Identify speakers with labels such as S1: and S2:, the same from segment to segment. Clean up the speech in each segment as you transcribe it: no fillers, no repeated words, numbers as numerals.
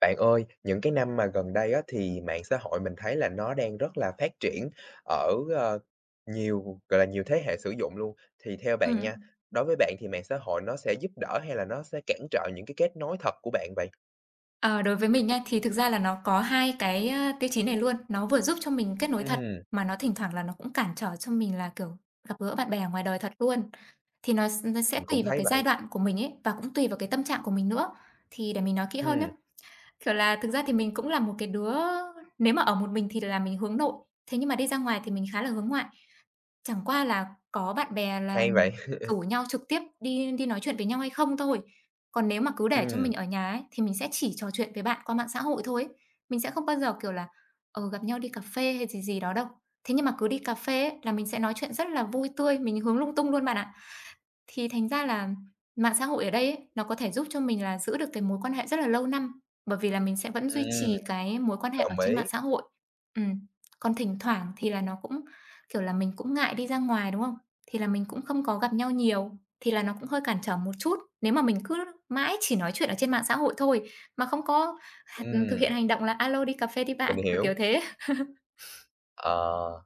S1: Bạn ơi, những cái năm mà gần đây á, thì mạng xã hội mình thấy là nó đang rất là phát triển ở, nhiều, gọi là, nhiều thế hệ sử dụng luôn. Thì theo bạn
S2: Ừm.
S1: nha, đối với bạn thì mạng xã hội nó sẽ giúp đỡ hay là nó sẽ cản trở những cái kết nối thật của bạn vậy?
S2: Ờ, Đối với mình nha, thì thực ra là nó có hai cái, tiêu chí này luôn. Nó vừa giúp cho mình kết nối thật,
S1: Ừm,
S2: mà nó thỉnh thoảng là nó cũng cản trở cho mình là, kiểu, gặp gỡ bạn bè ở ngoài đời thật luôn. Thì nó sẽ
S1: mình
S2: tùy
S1: cũng
S2: vào
S1: thấy
S2: cái giai
S1: vậy.
S2: đoạn của mình ấy, và cũng tùy vào cái tâm trạng của mình nữa. Thì để mình nói kỹ hơn nhé,
S1: Ừm,
S2: kiểu là, thực ra thì mình cũng là một cái đứa nếu mà ở một mình thì là mình hướng nội, thế nhưng mà đi ra ngoài thì mình khá là hướng ngoại. Chẳng qua là có bạn bè là
S1: hay vậy.
S2: rủ nhau trực tiếp đi đi nói chuyện với nhau hay không thôi. Còn nếu mà cứ để cho mình
S1: Ừm,
S2: ở nhà ấy, thì mình sẽ chỉ trò chuyện với bạn qua mạng xã hội thôi ấy. Mình sẽ không bao giờ, kiểu là, gặp nhau đi cà phê hay gì gì đó đâu. Thế nhưng mà cứ đi cà phê ấy, là mình sẽ nói chuyện rất là vui tươi, mình hướng lung tung luôn bạn ạ. Thì thành ra là mạng xã hội ở đây ấy, nó có thể giúp cho mình là giữ được cái mối quan hệ rất là lâu năm, bởi vì là mình sẽ vẫn duy
S1: ừm,
S2: trì cái mối quan hệ ở
S1: đồng
S2: trên
S1: ý.
S2: mạng xã hội. Ừm, còn thỉnh thoảng thì là nó cũng, kiểu là, mình cũng ngại đi ra ngoài, đúng không? Thì là mình cũng không có gặp nhau nhiều, thì là nó cũng hơi cản trở một chút. Nếu mà mình cứ mãi chỉ nói chuyện ở trên mạng xã hội thôi, mà không có thực hiện
S1: Ừm,
S2: hành động là alo đi cà phê đi
S1: mình
S2: bạn", kiểu, kiểu
S1: hiểu.
S2: thế.
S1: Ờ.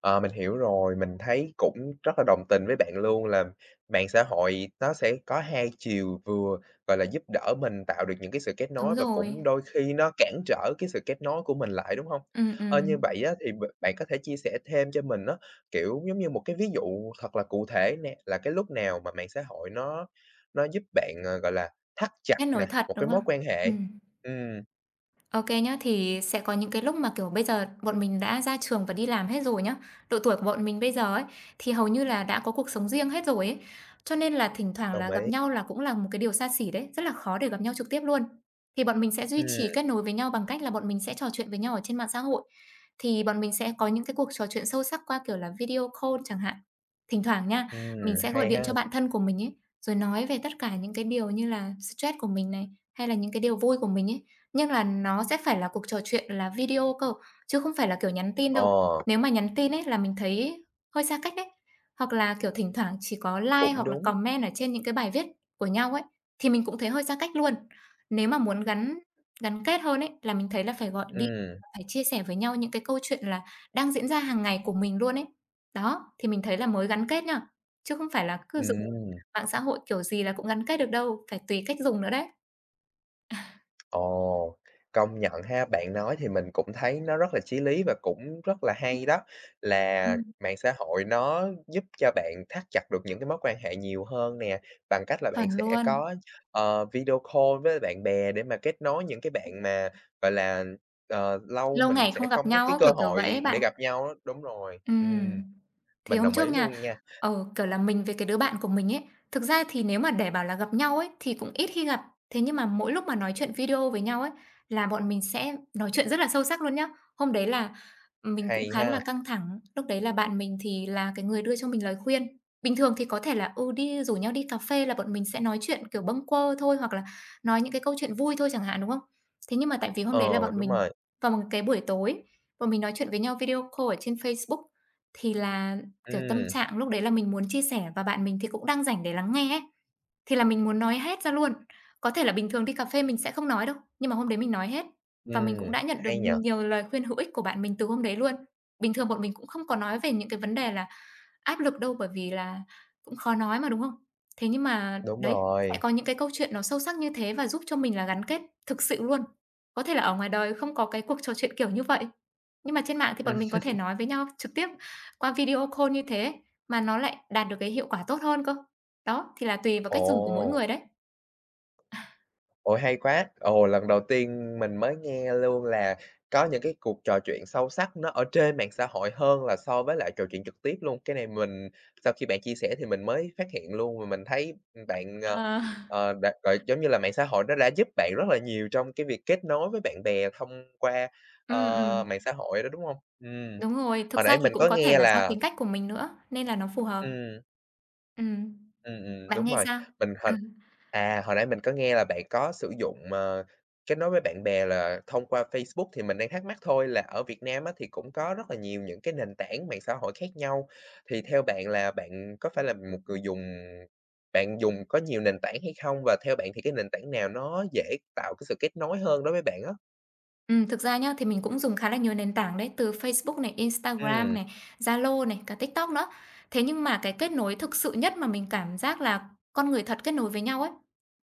S1: Ờ, mình hiểu rồi, mình thấy cũng rất là đồng tình với bạn luôn là mạng xã hội nó sẽ có hai chiều, vừa, gọi là, giúp đỡ mình tạo được những cái sự kết nối
S2: Đúng
S1: và cũng
S2: rồi.
S1: đôi khi nó cản trở cái sự kết nối của mình lại, đúng không?
S2: Ừm,
S1: Ơ, như
S2: ừm,
S1: vậy á thì bạn có thể chia sẻ thêm cho mình đó kiểu, giống như một cái ví dụ thật là cụ thể nè, là cái lúc nào mà mạng xã hội nó giúp bạn, gọi là, thắt chặt
S2: kết nối
S1: nè,
S2: thật,
S1: một cái
S2: đúng
S1: mối
S2: không?
S1: quan hệ?
S2: Ừm.
S1: Ừm,
S2: OK kê nhá, thì sẽ có những cái lúc mà, kiểu, bây giờ bọn mình đã ra trường và đi làm hết rồi nhá. Độ tuổi của bọn mình bây giờ ấy, thì hầu như là đã có cuộc sống riêng hết rồi ấy, cho nên là thỉnh thoảng
S1: đồng
S2: là gặp
S1: ý.
S2: nhau là cũng là một cái điều xa xỉ đấy, rất là khó để gặp nhau trực tiếp luôn. Thì bọn mình sẽ duy trì
S1: Ừm,
S2: kết nối với nhau bằng cách là bọn mình sẽ trò chuyện với nhau ở trên mạng xã hội, thì bọn mình sẽ có những cái cuộc trò chuyện sâu sắc qua, kiểu là, video call chẳng hạn. Thỉnh thoảng nha, mình sẽ gọi
S1: hay
S2: điện
S1: ha.
S2: cho bạn thân của mình ấy, rồi nói về tất cả những cái điều như là stress của mình này, hay là những cái điều vui của mình ấy. Nhưng là nó sẽ phải là cuộc trò chuyện là video cơ, chứ không phải là, kiểu, nhắn tin
S1: Ờ,
S2: đâu. Nếu mà nhắn tin ấy là mình thấy hơi xa cách đấy. Hoặc là, kiểu, thỉnh thoảng chỉ có like
S1: cũng
S2: hoặc là
S1: đúng.
S2: comment ở trên những cái bài viết của nhau ấy, thì mình cũng thấy hơi xa cách luôn. Nếu mà muốn gắn gắn kết hơn ấy, là mình thấy là phải gọi điện,
S1: Ừm.
S2: phải chia sẻ với nhau những cái câu chuyện là đang diễn ra hàng ngày của mình luôn ấy. Đó, thì mình thấy là mới gắn kết nha, chứ không phải là cứ dùng
S1: Ừm,
S2: mạng xã hội kiểu gì là cũng gắn kết được đâu, phải tùy cách dùng nữa đấy.
S1: ồ, công nhận ha, bạn nói thì mình cũng thấy nó rất là chí lý và cũng rất là
S2: Ừm,
S1: hay đó, là
S2: ừm,
S1: mạng xã hội nó giúp cho bạn thắt chặt được những cái mối quan hệ nhiều hơn nè, bằng cách là bạn
S2: chuẩn
S1: sẽ
S2: luôn.
S1: có, video call với bạn bè để mà kết nối những cái bạn mà, gọi là, lâu
S2: Lâu
S1: mình
S2: ngày
S1: sẽ
S2: không gặp
S1: không có
S2: nhau
S1: cái
S2: á,
S1: cơ
S2: kiểu, kiểu vậy ấy
S1: hội
S2: bạn.
S1: để gặp nhau á. Đúng rồi,
S2: Ừm. Thì
S1: mình
S2: hôm
S1: đồng ý
S2: trước nha,
S1: luôn nha,
S2: kiểu là, mình với cái đứa bạn của mình ấy, thực ra thì nếu mà để bảo là gặp nhau ấy thì cũng ít khi gặp. Thế nhưng mà mỗi lúc mà nói chuyện video với nhau ấy là bọn mình sẽ nói chuyện rất là sâu sắc luôn nhá. Hôm đấy là mình cũng
S1: hay
S2: khá là
S1: ha.
S2: căng thẳng, lúc đấy là bạn mình thì là cái người đưa cho mình lời khuyên. Bình thường thì có thể là, ừ, đi rủ nhau đi cà phê là bọn mình sẽ nói chuyện, kiểu, bâng quơ thôi hoặc là nói những cái câu chuyện vui thôi chẳng hạn, đúng không? Thế nhưng mà tại vì hôm
S1: Ờ,
S2: đấy là bọn
S1: đúng
S2: mình
S1: rồi,
S2: vào một cái buổi tối, bọn mình nói chuyện với nhau video call ở trên Facebook thì là, kiểu, tâm
S1: ừm,
S2: trạng lúc đấy là mình muốn chia sẻ và bạn mình thì cũng đang rảnh để lắng nghe ấy. Thì là mình muốn nói hết ra luôn. Có thể là bình thường đi cà phê mình sẽ không nói đâu, nhưng mà hôm đấy mình nói hết và mình cũng
S1: ừm,
S2: đã nhận được
S1: hay nhở,
S2: nhiều lời khuyên hữu ích của bạn mình từ hôm đấy luôn. Bình thường bọn mình cũng không có nói về những cái vấn đề là áp lực đâu, bởi vì là cũng khó nói mà, đúng không? Thế nhưng mà
S1: đúng
S2: đấy, sẽ
S1: rồi.
S2: có những cái câu chuyện nó sâu sắc như thế và giúp cho mình là gắn kết thực sự luôn. Có thể là ở ngoài đời không có cái cuộc trò chuyện kiểu như vậy, nhưng mà trên mạng thì bọn mình có thể nói với nhau trực tiếp qua video call như thế mà nó lại đạt được cái hiệu quả tốt hơn cơ. Đó, thì là tùy vào
S1: Ồ,
S2: cách dùng của mỗi người đấy.
S1: ôi, hay quá! Ồ, lần đầu tiên mình mới nghe luôn là có những cái cuộc trò chuyện sâu sắc nó ở trên mạng xã hội hơn là so với lại trò chuyện trực tiếp luôn. Cái này mình sau khi bạn chia sẻ thì mình mới phát hiện luôn và mình thấy, bạn,
S2: Ờ.
S1: đã gọi, giống như là, mạng xã hội nó đã giúp bạn rất là nhiều trong cái việc kết nối với bạn bè thông qua,
S2: Ừm,
S1: ờ,
S2: ừm,
S1: mạng xã hội đó, đúng không?
S2: đúng rồi. Thực
S1: Hồi
S2: ra
S1: nãy
S2: thì
S1: mình
S2: cũng
S1: có
S2: có thể
S1: nghe
S2: là do
S1: là
S2: tính cách của mình nữa, nên là nó phù hợp.
S1: ừm.
S2: Ừm, bạn
S1: Đúng
S2: nghe
S1: rồi.
S2: sao?
S1: Mình
S2: Ừ.
S1: hồi À, hồi nãy mình có nghe là bạn có sử dụng, kết nối với bạn bè là thông qua Facebook, thì mình đang thắc mắc thôi là ở Việt Nam á, thì cũng có rất là nhiều những cái nền tảng mạng xã hội khác nhau. Thì theo bạn là bạn có phải là một người dùng bạn dùng có nhiều nền tảng hay không? Và theo bạn thì cái nền tảng nào nó dễ tạo cái sự kết nối hơn đối với bạn á?
S2: Thực ra nhá, thì mình cũng dùng khá là nhiều nền tảng đấy, từ Facebook này, Instagram
S1: Ừm,
S2: này, Zalo này, cả TikTok nữa. Thế nhưng mà cái kết nối thực sự nhất mà mình cảm giác là con người thật kết nối với nhau ấy,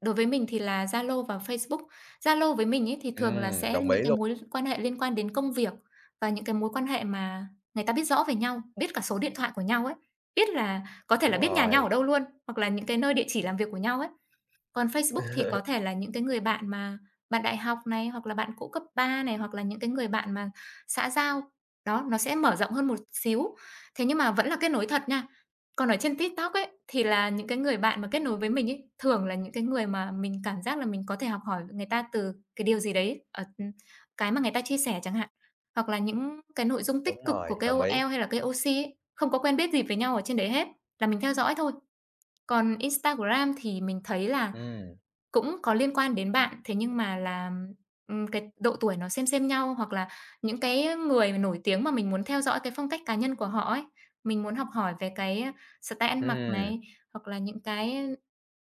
S2: đối với mình thì là Zalo và Facebook. Zalo với mình ấy thì thường là sẽ
S1: đồng
S2: những
S1: ý
S2: cái
S1: luôn,
S2: mối quan hệ liên quan đến công việc và những cái mối quan hệ mà người ta biết rõ về nhau, biết cả số điện thoại của nhau ấy, biết là có thể là
S1: đúng
S2: biết nhà nhau
S1: rồi.
S2: ở đâu luôn, hoặc là những cái nơi địa chỉ làm việc của nhau ấy. Còn Facebook thì có thể là những cái người bạn mà bạn đại học này, hoặc là bạn cũ cấp 3 này, hoặc là những cái người bạn mà xã giao, đó, nó sẽ mở rộng hơn một xíu. Thế nhưng mà vẫn là kết nối thật nha. Còn ở trên TikTok ấy, thì là những cái người bạn mà kết nối với mình ấy, thường là những cái người mà mình cảm giác là mình có thể học hỏi người ta từ cái điều gì đấy, cái mà người ta chia sẻ chẳng hạn, hoặc là những cái nội dung tích
S1: Đúng
S2: cực của
S1: rồi, đồng ý.
S2: KOL hay là KOC ấy, không có quen biết gì với nhau ở trên đấy hết, là mình theo dõi thôi. Còn Instagram thì mình thấy là
S1: Ừm,
S2: cũng có liên quan đến bạn, thế nhưng mà là, cái độ tuổi nó xem nhau, hoặc là những cái người nổi tiếng mà mình muốn theo dõi cái phong cách cá nhân của họ ấy. Mình muốn học hỏi về cái, style ăn mặc
S1: ừm,
S2: này, hoặc là những cái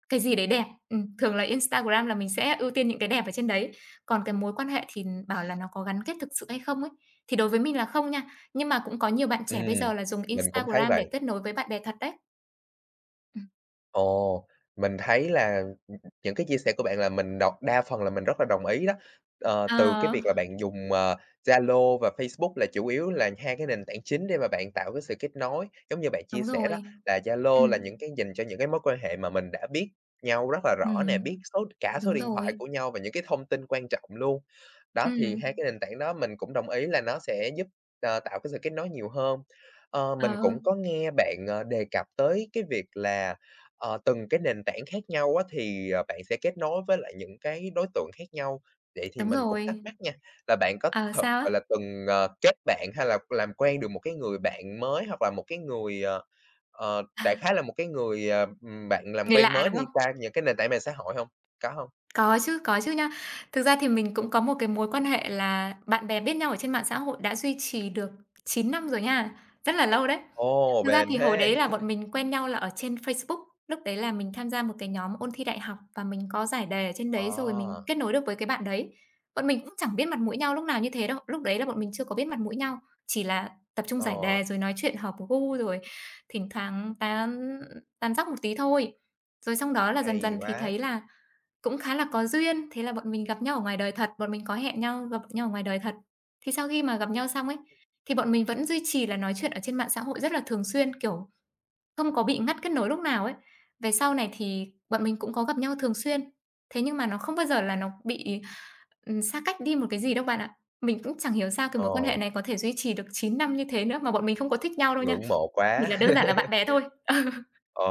S2: cái gì đấy đẹp. Thường là Instagram là mình sẽ ưu tiên những cái đẹp ở trên đấy. Còn cái mối quan hệ thì bảo là nó có gắn kết thực sự hay không ấy, thì đối với mình là không nha. Nhưng mà cũng có nhiều bạn trẻ bây
S1: ừm,
S2: giờ là dùng
S1: mình cũng thấy
S2: Instagram để
S1: vậy.
S2: kết nối với bạn bè thật đấy. Ừm.
S1: Ồ, mình thấy là, ừm, những cái chia sẻ của bạn là mình đọc đa phần là mình rất là đồng ý đó. Ờ, từ cái
S2: Ờ,
S1: việc là bạn dùng, Zalo và Facebook là chủ yếu là hai cái nền tảng chính để mà bạn tạo cái sự kết nối. Giống như bạn chia
S2: đúng
S1: sẻ đó,
S2: rồi.
S1: là Zalo là những
S2: Ừm,
S1: cái dành cho những cái mối quan hệ mà mình đã biết nhau rất là rõ nè, biết
S2: ừm,
S1: số cả số
S2: đúng
S1: điện thoại
S2: rồi.
S1: của nhau và những cái thông tin quan trọng luôn. Đó, thì
S2: Ừm,
S1: hai cái nền tảng đó mình cũng đồng ý là nó sẽ giúp, tạo cái sự kết nối nhiều hơn. Ờ, mình
S2: ờ,
S1: cũng có nghe bạn, đề cập tới cái việc là Ờ, từng cái nền tảng khác nhau á, thì, bạn sẽ kết nối với lại những cái đối tượng khác nhau. Vậy thì
S2: đúng
S1: mình cũng thắc
S2: rồi.
S1: mắc nha, là bạn có
S2: Ờ,
S1: thử,
S2: sao á?
S1: gọi là, từng, kết bạn hay là làm quen được một cái người bạn mới hoặc là một cái người,
S2: À,
S1: đại khái là một cái người, bạn làm
S2: Người
S1: quen
S2: lạ,
S1: mới
S2: đúng không?
S1: đi qua những cái nền tảng mạng xã hội không? Có không?
S2: Có chứ nha. Thực ra thì mình cũng có một cái mối quan hệ là bạn bè biết nhau ở trên mạng xã hội đã duy trì được 9 năm rồi nha, rất là lâu đấy.
S1: Ồ,
S2: Thực ra
S1: bền
S2: thì hồi đấy
S1: thế!
S2: là bọn mình quen nhau là ở trên Facebook, lúc đấy là mình tham gia một cái nhóm ôn thi đại học và mình có giải đề ở trên đấy rồi
S1: Ờ,
S2: mình kết nối được với cái bạn đấy. Bọn mình cũng chẳng biết mặt mũi nhau lúc nào như thế đâu, lúc đấy là bọn mình chưa có biết mặt mũi nhau, chỉ là tập trung giải
S1: ờ,
S2: đề rồi nói chuyện hợp gu rồi thỉnh thoảng tán tán dóc một tí thôi. Rồi xong đó là dần
S1: hay
S2: dần thì
S1: quá!
S2: thấy là cũng khá là có duyên, thế là bọn mình gặp nhau ở ngoài đời thật, bọn mình có hẹn nhau gặp nhau ở ngoài đời thật. Thì sau khi mà gặp nhau xong ấy, thì bọn mình vẫn duy trì là nói chuyện ở trên mạng xã hội rất là thường xuyên, kiểu, không có bị ngắt kết nối lúc nào ấy. Về sau này thì bọn mình cũng có gặp nhau thường xuyên, thế nhưng mà nó không bao giờ là nó bị, xa cách đi một cái gì đâu bạn ạ. Mình cũng chẳng hiểu sao cái
S1: Ờ,
S2: mối quan hệ này có thể duy trì được 9 năm như thế nữa, mà bọn mình không có thích nhau đâu nha,
S1: ngưỡng mộ
S2: chỉ
S1: quá!
S2: là đơn giản là bạn bè thôi.
S1: Ồ.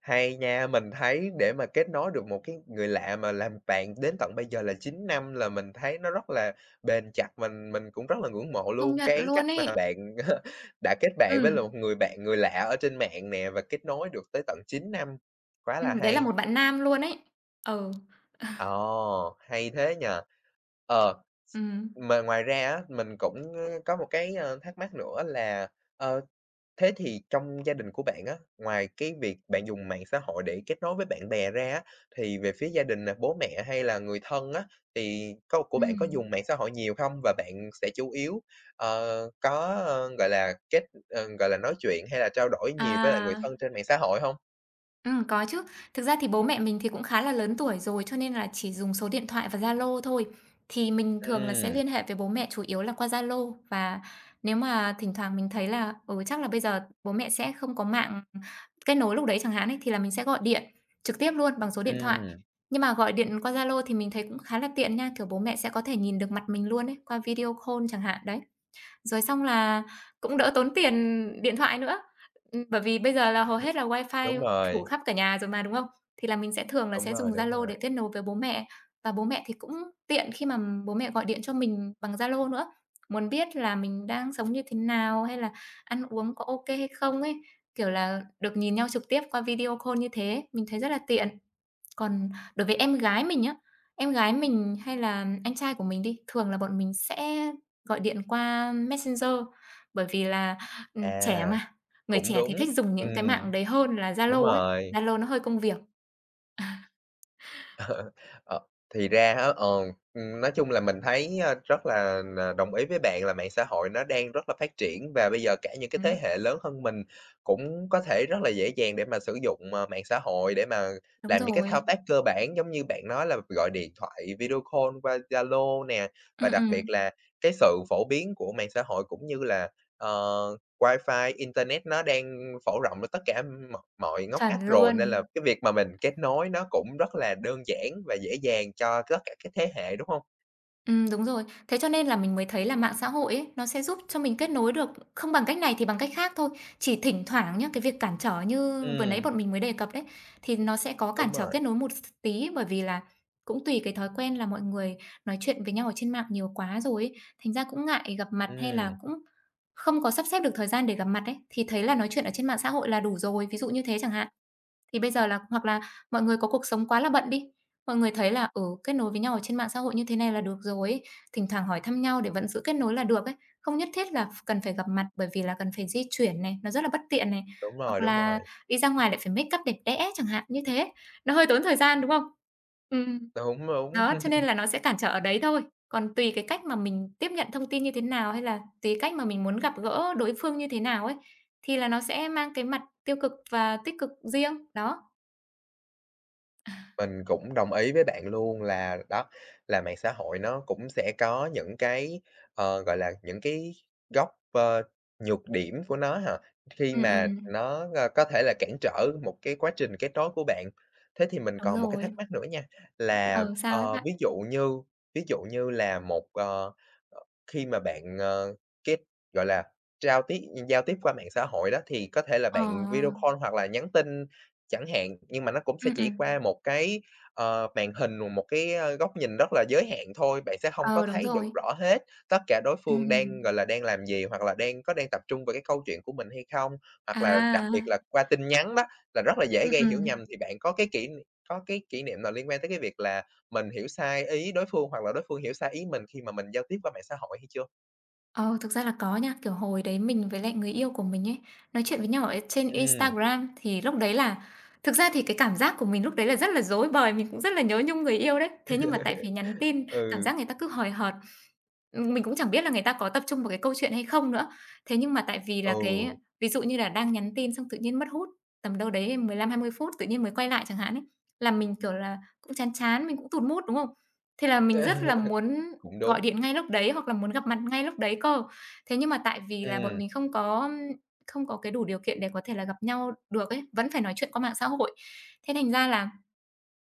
S1: Hay nha, mình thấy để mà kết nối được một cái người lạ mà làm bạn đến tận bây giờ là 9 năm là mình thấy nó rất là bền chặt, mình cũng rất là ngưỡng mộ
S2: Ừ, công
S1: luôn
S2: nhận
S1: cái
S2: luôn
S1: cách mà
S2: ấy.
S1: bạn đã kết bạn với là
S2: Ừm,
S1: một người bạn người lạ ở trên mạng nè và kết nối được tới tận 9 năm, quá là
S2: Đấy là
S1: hay.
S2: một bạn nam luôn ấy. Ừ,
S1: Ồ, hay thế nhỉ. Ờ,
S2: ừm.
S1: mà ngoài ra á, mình cũng, ơ, có một cái, ơ, thắc mắc nữa là, ờ, Thế thì trong gia đình của bạn á, ngoài cái việc bạn dùng mạng xã hội để kết nối với bạn bè ra á, thì về phía gia đình nè, bố mẹ hay là người thân á, thì của bạn có
S2: Ừm,
S1: dùng mạng xã hội nhiều không? Và bạn sẽ chủ yếu, ờ, có, gọi là, ờ, gọi là, nói chuyện hay là trao đổi nhiều với lại người
S2: à,
S1: thân trên mạng xã hội không?
S2: ừm, có chứ. Thực ra thì bố mẹ mình thì cũng khá là lớn tuổi rồi, cho nên là chỉ dùng số điện thoại và Zalo thôi. Thì mình thường là sẽ
S1: Ừm,
S2: liên hệ với bố mẹ chủ yếu là qua Zalo và nếu mà thỉnh thoảng mình thấy là, chắc là bây giờ bố mẹ sẽ không có mạng kết nối lúc đấy chẳng hạn ấy, thì là mình sẽ gọi điện trực tiếp luôn bằng số điện thoại.
S1: ừm,
S2: Nhưng mà gọi điện qua Zalo thì mình thấy cũng khá là tiện nha, kiểu, bố mẹ sẽ có thể nhìn được mặt mình luôn ấy, qua video call chẳng hạn, đấy. Rồi xong là cũng đỡ tốn tiền điện thoại nữa, bởi vì bây giờ là hầu hết là
S1: đúng
S2: wifi phủ
S1: rồi,
S2: khắp cả nhà rồi mà, đúng không? Thì là mình sẽ thường là
S1: đúng
S2: sẽ dùng
S1: rồi, đúng
S2: Zalo để
S1: rồi.
S2: kết nối với bố mẹ, và bố mẹ thì cũng tiện khi mà bố mẹ gọi điện cho mình bằng Zalo nữa, muốn biết là mình đang sống như thế nào, hay là ăn uống có ok hay không ấy, kiểu là, được nhìn nhau trực tiếp qua video call như thế, mình thấy rất là tiện. Còn đối với em gái mình á, em gái mình hay là anh trai của mình đi, thường là bọn mình sẽ gọi điện qua Messenger, bởi vì là, trẻ
S1: À,
S2: mà, người
S1: cũng
S2: trẻ thì
S1: đúng.
S2: thích dùng những cái
S1: Ừm,
S2: mạng đấy hơn là
S1: đúng
S2: Zalo ấy,
S1: rồi.
S2: Zalo nó hơi công việc.
S1: Ờ, thì ra á, nói chung là mình thấy, a, rất là đồng ý với bạn là mạng xã hội nó đang rất là phát triển và bây giờ cả những cái thế
S2: Ừm,
S1: hệ lớn hơn mình cũng có thể rất là dễ dàng để mà sử dụng, mạng xã hội để mà
S2: đúng
S1: làm những cái thao
S2: rồi.
S1: tác cơ bản giống như bạn nói là gọi điện thoại, video call qua Zalo nè. Và
S2: Ừm,
S1: đặc
S2: ừm,
S1: biệt là cái sự phổ biến của mạng xã hội cũng như là, ờ Wi-Fi, internet nó đang phổ rộng ở tất cả mọi mọi ngóc ngách
S2: chuẩn
S1: rồi, nên là
S2: luôn.
S1: cái việc mà mình kết nối nó cũng rất là đơn giản và dễ dàng cho tất cả các thế hệ, đúng hông?
S2: Đúng rồi. Thế cho nên là mình mới thấy là mạng xã hội ấy, nó sẽ giúp cho mình kết nối được không bằng cách này thì bằng cách khác thôi. Chỉ thỉnh thoảng nhá, cái việc cản trở như vừa nãy
S1: Ừm,
S2: bọn mình mới đề cập đấy, thì nó sẽ có cản
S1: đúng
S2: trở
S1: rồi,
S2: kết nối một tí, bởi vì là cũng tùy cái thói quen là mọi người nói chuyện với nhau ở trên mạng nhiều quá rồi ấy, thành ra cũng ngại gặp mặt hay là
S1: ừm,
S2: cũng không có sắp xếp được thời gian để gặp mặt ấy, thì thấy là nói chuyện ở trên mạng xã hội là đủ rồi, ví dụ như thế chẳng hạn. Thì bây giờ là hoặc là mọi người có cuộc sống quá là bận đi, mọi người thấy là, ừ, kết nối với nhau ở trên mạng xã hội như thế này là được rồi ấy, thỉnh thoảng hỏi thăm nhau để vẫn giữ kết nối là được ấy, không nhất thiết là cần phải gặp mặt bởi vì là cần phải di chuyển này, nó rất là bất tiện này,
S1: đúng
S2: hoặc
S1: rồi, đúng
S2: là
S1: rồi,
S2: đi ra ngoài lại phải make up đẹp đẽ chẳng hạn, như thế, nó hơi tốn thời gian, đúng không? Ừm.
S1: đúng, đúng.
S2: Đó, cho nên là nó sẽ cản trở ở đấy thôi, còn tùy cái cách mà mình tiếp nhận thông tin như thế nào, hay là tùy cách mà mình muốn gặp gỡ đối phương như thế nào ấy, thì là nó sẽ mang cái mặt tiêu cực và tích cực riêng, đó.
S1: Mình cũng đồng ý với bạn luôn là đó, là mạng xã hội nó cũng sẽ có những cái, gọi là, những cái góc, ơ, nhược điểm của nó ha, khi
S2: Ừm,
S1: mà
S2: ừm,
S1: nó, ơ, có thể là cản trở một cái quá trình kết nối của bạn. Thế thì mình
S2: đúng
S1: còn một cái thắc
S2: rồi.
S1: mắc nữa nha, là,
S2: Ờ sao ấy bạn?
S1: ví dụ như là một, ờ, khi mà bạn, kết gọi là, giao tiếp giao tiếp qua mạng xã hội đó, thì có thể là
S2: Ờ,
S1: bạn video
S2: ờ.
S1: call hoặc là nhắn tin chẳng hạn, nhưng mà nó cũng sẽ
S2: Ừm,
S1: chỉ
S2: ừm.
S1: qua một cái, màn hình một cái, ơ, góc nhìn rất là giới hạn thôi, bạn sẽ không có
S2: Ờ, đúng
S1: thấy được
S2: rồi.
S1: rõ hết tất cả đối phương
S2: Ừm.
S1: đang, gọi là, đang làm gì, hoặc là đang có đang tập trung vào cái câu chuyện của mình hay không. Hoặc là đặc
S2: À,
S1: biệt là qua tin nhắn đó, là rất là dễ gây hiểu
S2: ừm.
S1: nhầm, thì bạn có cái kỷ niệm nào liên quan tới cái việc là mình hiểu sai ý đối phương, hoặc là đối phương hiểu sai ý mình khi mà mình giao tiếp qua mạng xã hội hay chưa?
S2: Ờ, thực ra là có nha, kiểu, hồi đấy mình với lại người yêu của mình ấy, nói chuyện với nhau ở trên
S1: Ừm,
S2: Instagram, thì lúc đấy là thực ra thì cái cảm giác của mình lúc đấy là rất là rối bời, mình cũng rất là nhớ nhung người yêu đấy. Thế nhưng mà tại vì nhắn tin, cảm
S1: ừ,
S2: giác người ta cứ hời hợt, mình cũng chẳng biết là người ta có tập trung vào cái câu chuyện hay không nữa. Thế nhưng mà tại vì là cái
S1: ừ,
S2: ví dụ như là đang nhắn tin xong tự nhiên mất hút, tầm đâu đấy 15-20 phút tự nhiên mới quay lại chẳng hạn ấy, là mình, kiểu là, cũng chán chán, mình cũng tụt mood, đúng không? Thế là mình rất là muốn
S1: cũng
S2: gọi
S1: đúng.
S2: điện ngay lúc đấy hoặc là muốn gặp mặt ngay lúc đấy cơ. Thế nhưng mà tại vì là bọn
S1: Ừm,
S2: mình không có cái đủ điều kiện để có thể là gặp nhau được ấy, vẫn phải nói chuyện qua mạng xã hội. Thế thành ra là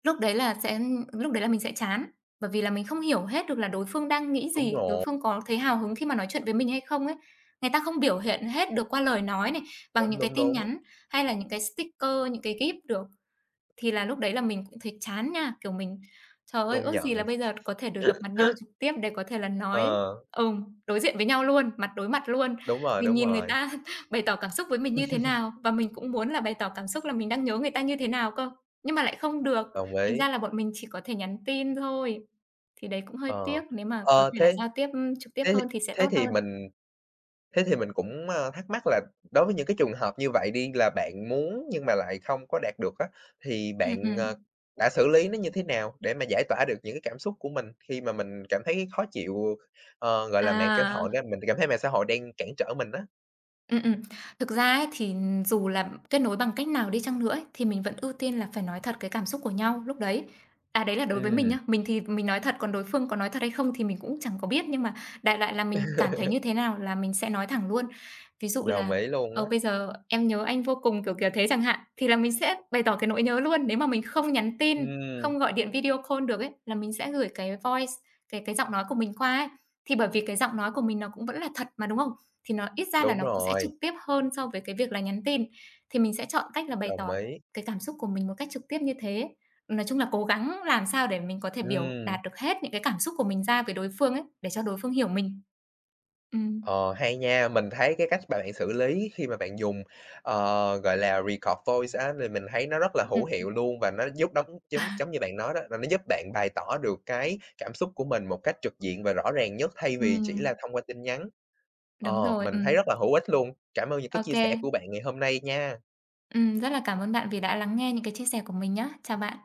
S2: lúc đấy là sẽ lúc đấy là mình sẽ chán, bởi vì là mình không hiểu hết được là đối phương đang nghĩ
S1: đúng
S2: gì, đối
S1: rồi,
S2: phương có thấy hào hứng khi mà nói chuyện với mình hay không ấy. Người ta không biểu hiện hết được qua lời nói này, bằng
S1: đúng,
S2: những cái
S1: đúng,
S2: tin
S1: đúng,
S2: nhắn hay là những cái sticker, những cái gif được. Thì là lúc đấy là mình cũng thấy chán nha, kiểu, mình "Trời ơi,
S1: công
S2: ước
S1: nhận.
S2: gì là bây giờ có thể được gặp mặt nhau trực tiếp để có thể là nói"
S1: Ờ,
S2: đối diện với nhau luôn, mặt đối mặt luôn. Mình
S1: đúng
S2: nhìn người
S1: rồi,
S2: ta bày tỏ cảm xúc với mình như thế nào và mình cũng muốn là bày tỏ cảm xúc là mình đang nhớ người ta như thế nào cơ, nhưng mà lại không được,
S1: đồng
S2: thành
S1: ý.
S2: ra là bọn mình chỉ có thể nhắn tin thôi. Thì đấy cũng hơi
S1: Ờ,
S2: tiếc, nếu mà có
S1: ờ,
S2: thể là
S1: thế
S2: giao tiếp, trực tiếp
S1: thế
S2: hơn thì sẽ
S1: thế
S2: tốt
S1: thì
S2: hơn.
S1: mình thế thì mình cũng, a, thắc mắc là đối với những cái trường hợp như vậy đi, là bạn muốn nhưng mà lại không có đạt được á, thì
S2: Ừm,
S1: bạn,
S2: ừm.
S1: đã xử lý nó như thế nào để mà giải tỏa được những cái cảm xúc của mình khi mà mình cảm thấy khó chịu, gọi là, mạng xã
S2: À.
S1: hội đó, mình cảm thấy mạng xã hội đang cản trở mình á?
S2: Ừm. Thực ra ấy, thì dù là kết nối bằng cách nào đi chăng nữa ấy, thì mình vẫn ưu tiên là phải nói thật cái cảm xúc của nhau lúc đấy. À, đấy là đối với mình
S1: Ừm,
S2: nhá, mình thì mình nói thật, còn đối phương có nói thật hay không thì mình cũng chẳng có biết, nhưng mà đại loại là mình cảm thấy như thế nào là mình sẽ nói thẳng luôn. Ví dụ
S1: đồng
S2: là
S1: ý luôn
S2: "Ờ,
S1: á.
S2: bây giờ em nhớ anh vô cùng", kiểu, kiểu thế chẳng hạn, thì là mình sẽ bày tỏ cái nỗi nhớ luôn. Nếu mà mình không nhắn tin,
S1: Ừm,
S2: không gọi điện video call được ấy, là mình sẽ gửi cái voice, cái giọng nói của mình qua ấy. Thì bởi vì cái giọng nói của mình nó cũng vẫn là thật mà, đúng không? Thì nó ít ra là
S1: đúng
S2: nó cũng sẽ trực
S1: rồi,
S2: tiếp hơn so với cái việc là nhắn tin, thì mình sẽ chọn cách là bày
S1: đồng
S2: tỏ
S1: ý.
S2: cái cảm xúc của mình một cách trực tiếp như thế. Nói chung là cố gắng làm sao để mình có thể biểu
S1: Ừm.
S2: đạt được hết những cái cảm xúc của mình ra với đối phương ấy, để cho đối phương hiểu mình. Ừm,
S1: Ờ, hay nha, mình thấy cái cách bạn xử lý khi mà bạn dùng, gọi là, record voice á, thì mình thấy nó rất là hữu
S2: ừm.
S1: hiệu luôn và nó giúp đóng giống giống như bạn nói đó, là nó giúp bạn bày tỏ được cái cảm xúc của mình một cách trực diện và rõ ràng nhất thay vì chỉ là
S2: Ừm,
S1: thông qua tin nhắn. Ờ,
S2: đúng rồi,
S1: mình thấy rất
S2: ừm.
S1: là hữu ích luôn. Cảm ơn những cái
S2: Ô
S1: chia
S2: kê.
S1: sẻ của bạn ngày hôm nay nha.
S2: Rất là cảm ơn bạn vì đã lắng nghe những cái chia sẻ của mình nhá. Chào bạn.